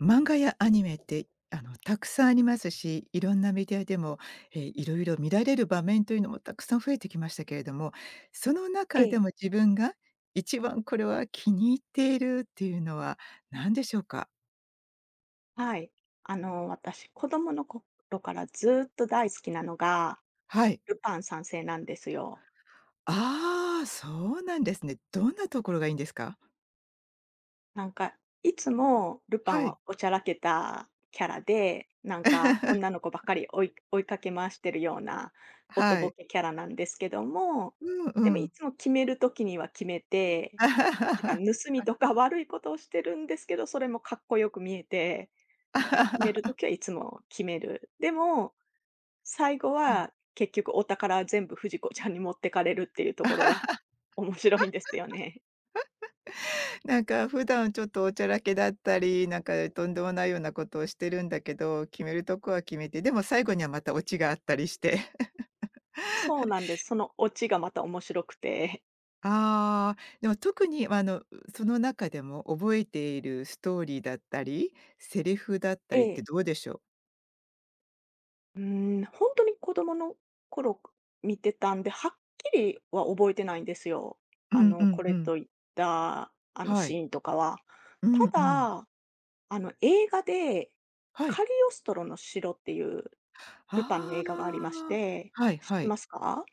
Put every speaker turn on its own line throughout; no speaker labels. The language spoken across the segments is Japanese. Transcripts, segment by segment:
漫画やアニメって、たくさんありますし、いろんなメディアでも、いろいろ見られる場面というのもたくさん増えてきましたけれども、その
え
中で
え、
も自分が一番これは気に入っているっていうのは何でしょうか？
はい。私、子供の頃からずっと大好きなのが、
はい。
ルパン三世なんですよ。
ああ、そうなんですね。どんなところがいいんですか？
なんか、いつもルパン
は
は
い。
おちゃらけたキャラで、なんか女の 子ばっかり追いかけ回してるような、おと
は
ぼ
い。
けキャラなんですけども、
うんう
でもい
ん。
つも決める時には決めて、なんか 盗みとか悪いことをしてるんですけど、それもかっこよく見えて、なんか決める時はいつも決める。でも最後
はい。
は結局お宝全部フジコちゃんに持ってかれるっていうところが 面白いんですよね。
なんか普段ちょっとおちゃらけだったり、なんかとんでもないようなことをしてるんだけど、決めるとこは決めて、でも最後にはまたオチがあったりして。
そうなんです。そのオチがまた面白くて。
ああ、でも特にまあの、その中でも覚えているストーリーだったり、セリフだっ
え
たりって
え。
どうでしょう？
うー本当に子供の頃見てたんで、はっきりは覚えてないんですよ。
うんう
こ
んう
れ
ん。
といったあの
は
シ
い。
ーンとかは。
う
た
んうん。
だ、あの映画で
はい。
カリオストロの城っていうルパンの映画がありまし
あ
て、
あ、はい
知っ
は
てま
い。
すか？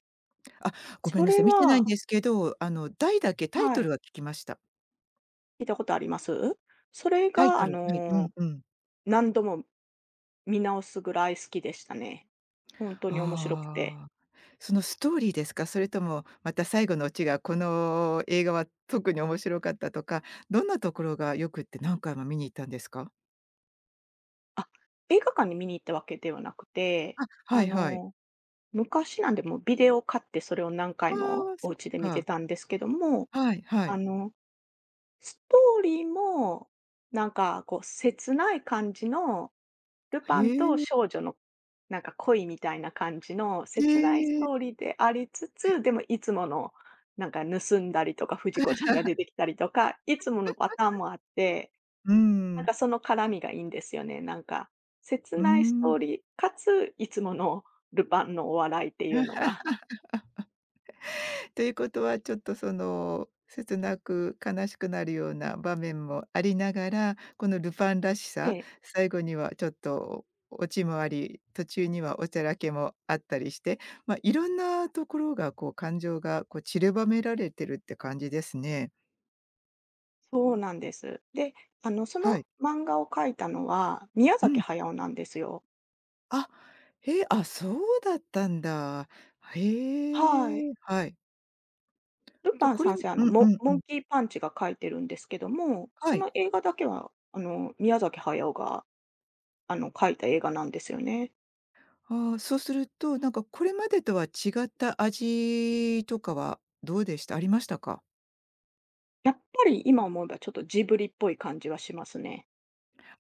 あ、ごめ
そ
んなさ
れ
い、見てないん
は
ですけど、あの題だけタイ
は
ト
い。
ルは聞きました。
聞いたことあります？それ
タイ
が、
トル。はい、うんうん。
何度も見直すぐらい好きでしたね。本当に面白くて。
ああ。そのストーリーですか？それともまた最後のオチがこの映画は特に面白かったとか、どんなところが良くって何回も見に行ったんですか？
あ、映画館に見に行ったわけではなくて、
は
あ
いはい。
の、昔なんで、もうビデオを買ってそれを何
あ
回も
あ、
お
そっ
家で見て
か。
たんですけども、
はいは
あ
い。
の、ストーリーも、なんかこう、切ない感じのルパン
へ
と
え。
少女のなんか恋みたいな感じの
え
切ないスト
え。
ーリーでありつ
は
つ、
い。
でもいつものなんか盗んだりとか、不二子ちゃんが出て きたりとか、いつものパターンもあって、
う
なん
ん。
かその絡みがいいんですよね。なんか、切
う
ないス
ん。
トーリーかつ、いつものルパンのお笑いっていうのが。
ということは、ちょっとその、切なく悲しくなるような場面もありながら、このルパンらし
え
さ、
え、
最後にはちょっとオチもあり、途中にはおちゃらけもあったりして、まあ、いろんなところがこう感情がこう散りばめられてるって感じですね。
そうなんです。で、そ
は
の
い。
漫画を描いたのは、宮
う
崎
ん。
駿なんですよ。
あ、へえ、あ、そうだったんだ。
は
へ
い。
え、はい。
ル
じゃ、
パン
これ
三
も
世、
うんう
モ
んう
モ
ん。
ンキーパンチが描いてるんですけども、
は
そ
い。
の映画だけは、宮崎駿が、描いた映画なんですよね。
ああ、そうすると、なんかこれまでとは違った味とかはどうでした？ありましたか？
やっぱり今思えばちょっとジブリっぽい感じはしますね。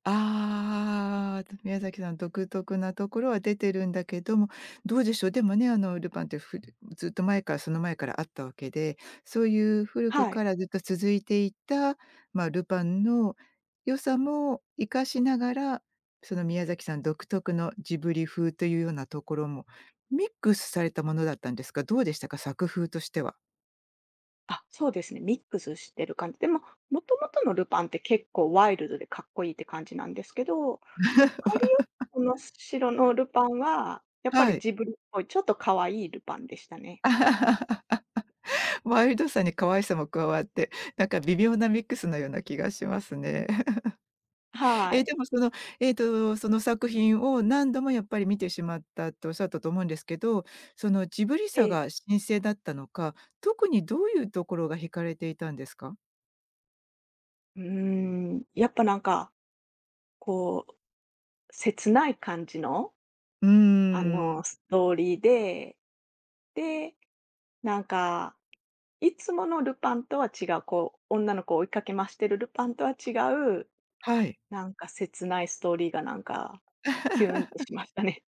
ああ、宮崎さん独特なところは出てるんだけども、どうでしょう、でもね、ルパンってずっと前からあったわけで、そういう古く
はい。
からずっと続いていた、まあ、ルパンの良さも生かしながら、その宮崎さん独特のジブリ風というようなところもミックスされたものだったんですが、どうでしたか？作風としては。
あ、そうですね、ミックスしてる感じ。でも、もともとのルパンって結構ワイルドでかっこいいって感じなんですけど、カリオストの城のルパンは、やっぱ
は
り
い。
ジブリっぽい、ちょっと可愛いルパンでしたね。
ワイルドさに可愛さも加わって、なんか微妙なミックスのような気がしますね。
はい。
でもその、その作品を何度もやっぱり見てしまったとおっしゃったと思うんですけど、そのジブリさ
え
が
え。
神聖だったのか、特にどういうところが惹かれていたんですか？
うーやっぱなんか、こう切ない感じの、
うーん、
ストーリーで、で、なんか、いつものルパンとは違う、こう、女の子を追いかけましてるルパンとは違う、
はい。
なんか切ないストーリーがなんか、キューンっ てしましたね。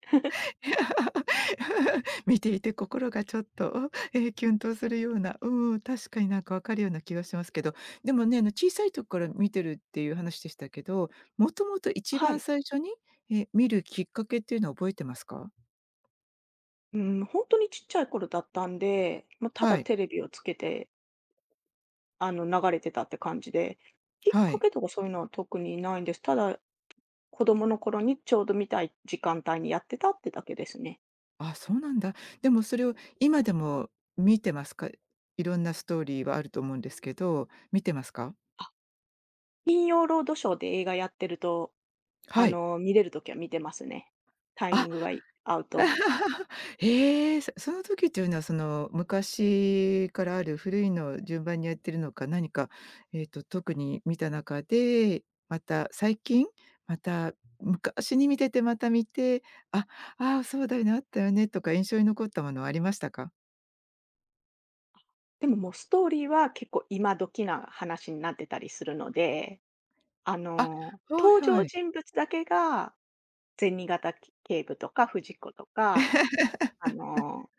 見ていて心がちょっと、キュンとするような、うん、確かになんか分かるような気がしますけど、でもね、小さい時から見てるっていう話でしたけど、もともと 一
は
番
い。
最初に、見るきっかけっていうのは覚えてますか？
うん、本当にちっちゃい頃だったんで、まあ、た
は
だ
い、
テレビをつけて、流れてたって感じで、きっ
は
か
い。
けとかそういうのは特にないんです。ただ、子供の頃にちょうど見たい時間帯にやってたってだけですね。
あ、そうなんだ。でもそれを今でも見てますか？いろんなストーリーはあると思うんですけど、見てますか？
金曜ロードショーで映画やってると、
はい。
見れる時は見てますね。タイミ
あ
ングがい合うと。
ええ、その時というのは、その、昔からある古いのを順番にやってるのか、何か、特に見た中で、また最近、また昔に見ててまた見て、あ、ああ、そうだよね、あったよねとか印象に残ったものはありましたか？
でももうストーリーは結構今時な話になってたりするので、
あ、はい
登
は
場
い。
人物だけが銭形警部とか藤子とか、あの、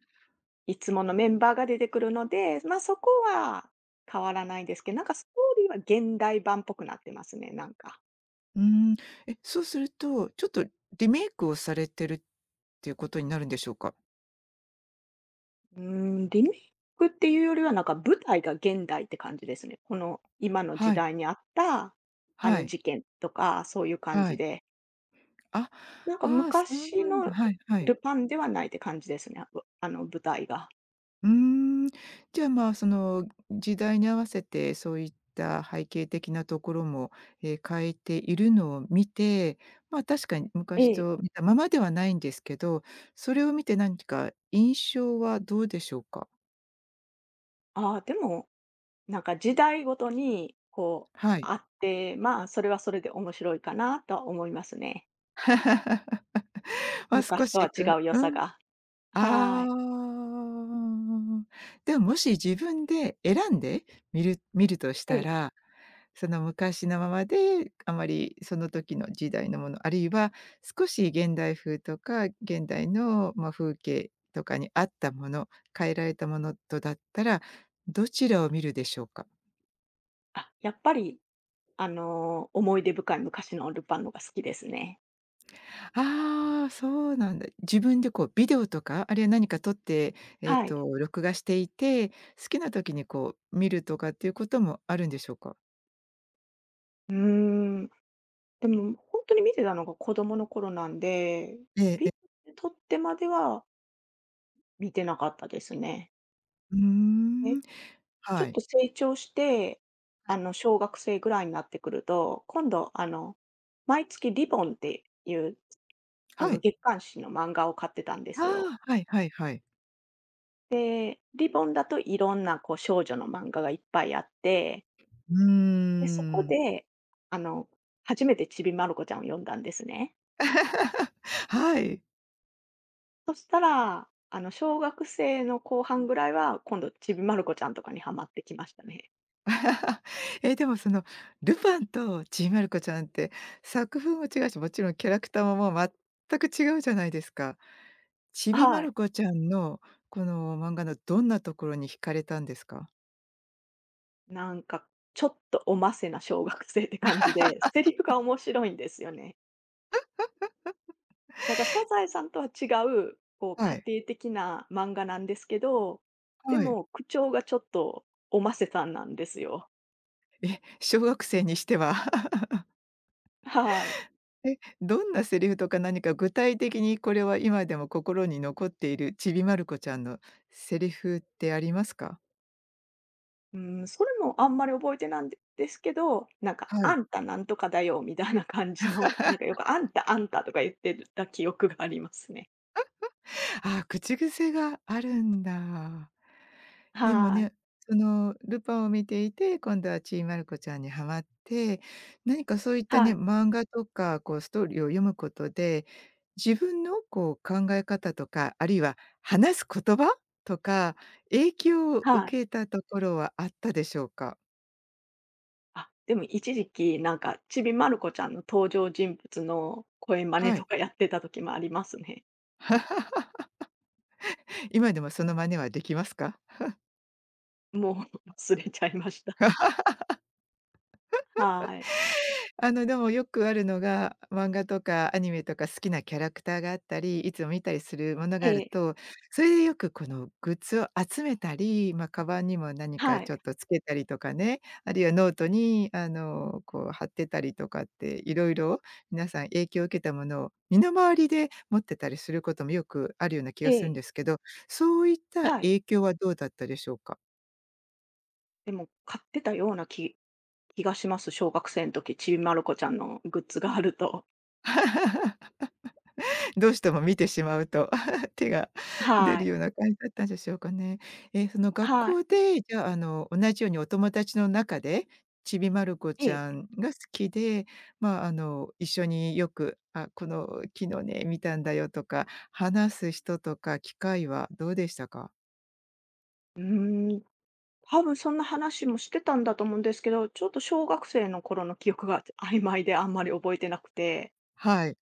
いつものメンバーが出てくるので、ま、そこは変わらないですけど、なんかストーリーは現代版っぽくなってますね、なんか。
うーん。え、そうすると、ちょっとリメイクをされてるっていうことになるんでしょうか？
うーリメイクっていうよりは、なんか舞台が現代って感じですね。この今の時
はい、
代にあった、あ
は
の
い、
事件とか、そういう感
は
じ
い。
で、
あ、
なんか
ああ、そう
昔
なん
の
だ。はいは
ル
い。
パンではないって感じですね、あの舞台が。
うーん。じゃあ、まあ、その時代に合わせてそういった背景的なところも、変えているのを見て、まあ、確かに
え
昔
え。
と見たままではないんですけど、それを見て何か印象はどうでしょうか？
ああ、でも、なんか時代ごとにこう
はい。
あって、まあ、それはそれで面白いかなとは思いますね。
は、少
昔とは
し
違
く
う良
う
さ
ん。
が。は
あ
い。
あ、でももし自分で選んで見るとし
え
た
え。
らその昔のままで、あまりその時の時代のもの、あるいは少し現代風とか、現代の、まあ、風景とかに合ったもの、変えられたものとだったら、どちらを見るでしょうか？
あ、やっぱり、思い出深い昔のルパンのが好きですね。
ああ、そうなんだ。自分でこうビデオとか、あるいは何か撮って、
はい。
録画していて、好きな時にこう見るとかっていうこともあるんでしょうか？
うーん。でも、本当に見てたのが子供の頃なんで、
ええ
ビ
ええ。
デオ撮ってまでは見てなかったですね。
うー
え、
ん。
ちょ
は
っ
い。
と成長して、小学生ぐらいになってくると、今度、毎月リボンっていう、
はい。
月刊誌の漫画を買ってたんですよ。
ああ、はいはいはい。
で、リボンだといろんなこう少女の漫画がいっぱいあって、
うー
で、そこ
ん。
で、あの、初めてちびまる子ちゃんを読んだんですね。
はい。
そしたら、小学生の後半ぐらいは、今度ちびまる子ちゃんとかにはまってきましたね。
でもその、ルパンとちびまる子ちゃんって作風も違うし、もちろんキャラクターももう全く違うじゃないですか。ちびま
はい。
る子ちゃんのこの漫画のどんなところに惹かれたんですか？
なんか、ちょっとおませな小学生って感じで、セリフが面白いんですよね。なんかサザエさんとは違う、こう
は
家
い、
庭的な漫画なんですけど、で
はい。
も口調がちょっとおませさんなんですよ。
え、小学生にしては
はい。
え、どんなセリフとか何か具体的にこれは今でも心に残っているちびまる子ちゃんのセリフってありますか？
うん、それもあんまり覚えてないんでですけど、なんか、
は
あ
い。
んたなんとかだよみたいな感じの、なんかよくあんたあんたとか言ってた記憶がありますね。
ああ、口癖があるんだ。でも
はい。
ね、そのルパンを見ていて、今度はちーまる子ちゃんにハマって、何かそういった
は
ね、
い。
漫画とかこうストーリーを読むことで、自分のこう考え方とか、あるいは話す言葉とか、影響を
はい。
受けたところはあったでしょうか？
あ、でも一時期なんか、ちびまる子ちゃんの登場人物の声真似
は
と
い。
かやってた時もありますね。
今でもその真似はできますか？
もう 忘れちゃいました。はい。
でもよくあるのが、漫画とかアニメとか好きなキャラクターがあったり、いつも見たりするもの
え
がある
え、
と、それでよくこのグッズを集めたり、ま、カバンにも何か
はい。
ちょっとつけたりとかね、あるいはノートにこう貼ってたりとかっていろいろ皆さん影響を受けたものを身の回りで持ってたりすることもよくあるような気
え
がするん
え、
ですけど、そういった
はい。
影響はどうだったでしょうか？
でも買ってたような気がします。小学生の時、ちびまる子ちゃんのグッズがあると。
どうしても見てしまうと 手が出
は
る
い。
ような感じだったんでしょうかね。その学
は
校
い。
で、じゃあ、同じようにお友達の中で、ちびまる子
え
ちゃ
え。
んが好きで、まあ、一緒によく、あ、この昨日ね、見たんだよとか、話す人とか機会はどうでしたか？
うーん、多分そんな話もしてたんだと思うんですけど、ちょっと小学生の頃の記憶が 曖昧であんまり覚えてなくて、
はい。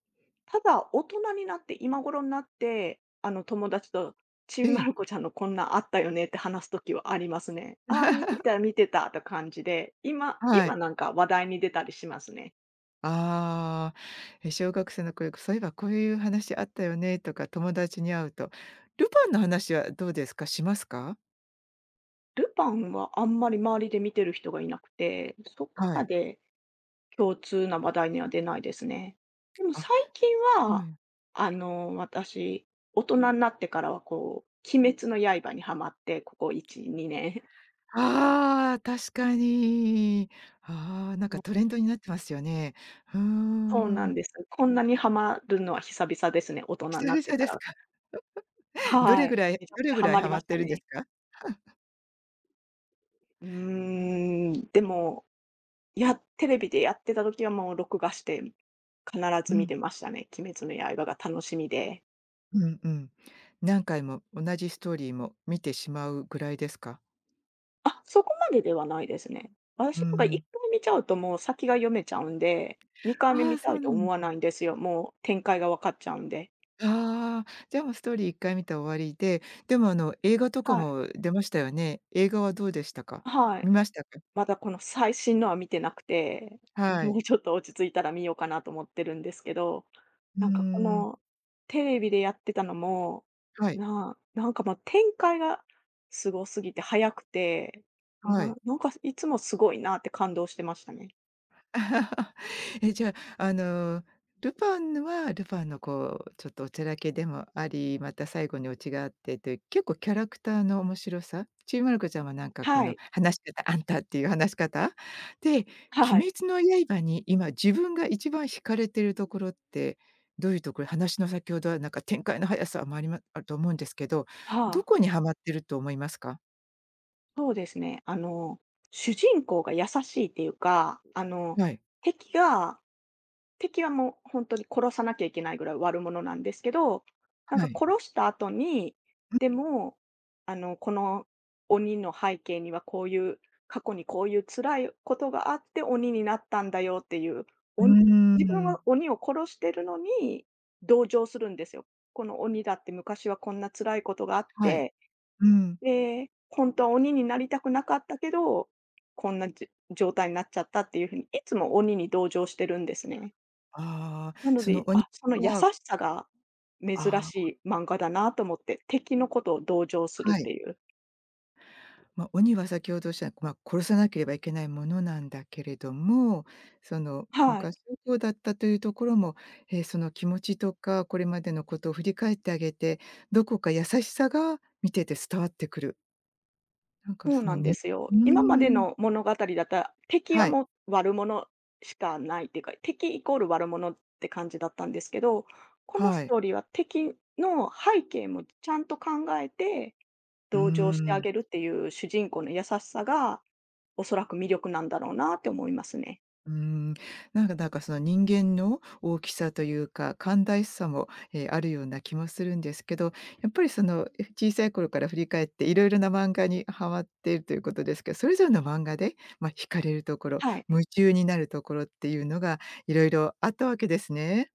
ただ大人になって、今頃になって、友達と「ち
え
んま
え。
る子ちゃんのこんなんあったよね」って話す時はありますね。「ああ、見て た見てた」って感じで、今
は
今
い。
なんか話題に出たりしますね。
ああ、え、小学生の頃、そういえばこういう話あったよねとか、友達に会うと。ルパンの話はどうですか？しますか？
ルパンはあんまり周りで見てる人がいなくて、そこ
は
ま
い。
で共通な話題には出ないですね。でも
あ、
最近
う
は、
ん。
私、大人になってからはこう、鬼滅の刃にはまって、ここ1、2年。
ああ、確かに。ああ、なん
もう、
かトレンドになってますよね。うー
そうなん
ん。
です。こんなにはまるのは久々ですね、大人に
久
なっ
々
てか
です
ら。
か？ど
は
れ
い。
ぐらい
めちゃく
ど
ち
れ
ゃ
ぐ
は
らい
まり
ハ
ま
マっ
した
てるんで
ね。
すか？
うーでも、テレビでやってた時はもう録画して、必ず
う
見
ん、
てましたね。鬼滅の刃が楽しみで。
うんうん。何回も同じストーリーも見てしまうぐらいですか？
あ、そこまでではないですね。
う
私とか1
ん。
回見ちゃうともう先が読めちゃうんで、2回目
あ
見
あ、
た
そ
い
う
と
な
思
ん
わない
だ。
んですよ。もう展開が分かっちゃうんで。
ああ、じゃあもうストーリー一回見たら終わりで、でもあの映画とか
はい。
も出ましたよね。映画はどうでしたか？
はい。
見ましたか？
まだこの最新のは見てなくて、
は
も
い。
うちょっと落ち着いたら見ようかなと思ってるんですけど、
うー
なんかこ
ん。
のテレビでやってたのも、
はい、
なんかもう展開がすごすぎて早くて、
は
な
い。
なんかいつもすごいなって感動してましたね。
じゃあ、ルパンはルパンのこう、ちょっとおちゃらけでもあり、また最後にオチがあってという、結構キャラクターの面白さ、ちびまる子ちゃんはなんかこ
は
の
い。
話し方、あんたっていう話し方？で、
はい。
鬼滅の刃に今自分が一番惹かれてるところって、どういうところ？話の先ほどはなんか展開の速さもありまあると思うんですけど、
は
ど
あ。
こにハマってると思いますか？
そうですね。主人公が優しいっていうか、
はい、
敵が、敵はもう本当に殺さなきゃいけないぐらい悪者なんですけど、なん
は
か
い。
殺した後に、でも、この鬼の背景にはこういう、過去にこういう辛いことがあって鬼になったんだよっていう、
うー
鬼自分
ん、
は鬼を殺してるのに同情するんですよ。この鬼だって昔はこんな辛いことがあっ
はい、
て、
うん。
で、本当は鬼になりたくなかったけど、こんな状態になっちゃったっていう風に、いつも鬼に同情してるんですね。
ああ、
なの
その
で、
鬼
あ、その優し
は
さが珍
ああ、
しい漫画だなと思って、敵のことを同情するっ
はい。
ていう。
まあ、鬼は先ほどおっしゃまあ、殺さなければいけないものなんだけれども、その
はい、
昔のこうだったというところも、その気持ちとか、これまでのことを振り返ってあげて、どこか優しさが見てて伝わってくる。なん
そ
か
う
そ
な
の
んで
に
すよ。
う
今まで
ーん。
の物語だったら、敵は
はい、
もう悪者しかないっていうか、敵イコール悪者って感じだったんですけど、このス
はい。
トーリーは敵の背景もちゃんと考えて
うー
同情してあげ
ん。
るっていう主人公の優しさが、おそらく魅力なんだろうなって思いますね。
うーん、なんかその人間の大きさというか、寛大さも、あるような気もするんですけど、やっぱりその、小さい頃から振り返っていろいろな漫画にハマっているということですけど、それぞれの漫画で、まあ、惹かれるところ、
はい。
夢中になるところっていうのがいろいろあったわけですね。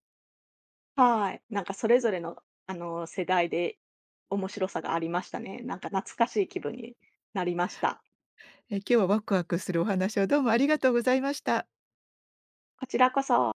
はい。なんかそれぞれの、世代で面白さがありましたね。なんか懐かしい気分になりました。
今日はワクワクするお話をどうもありがとうございました。
こちらこそ。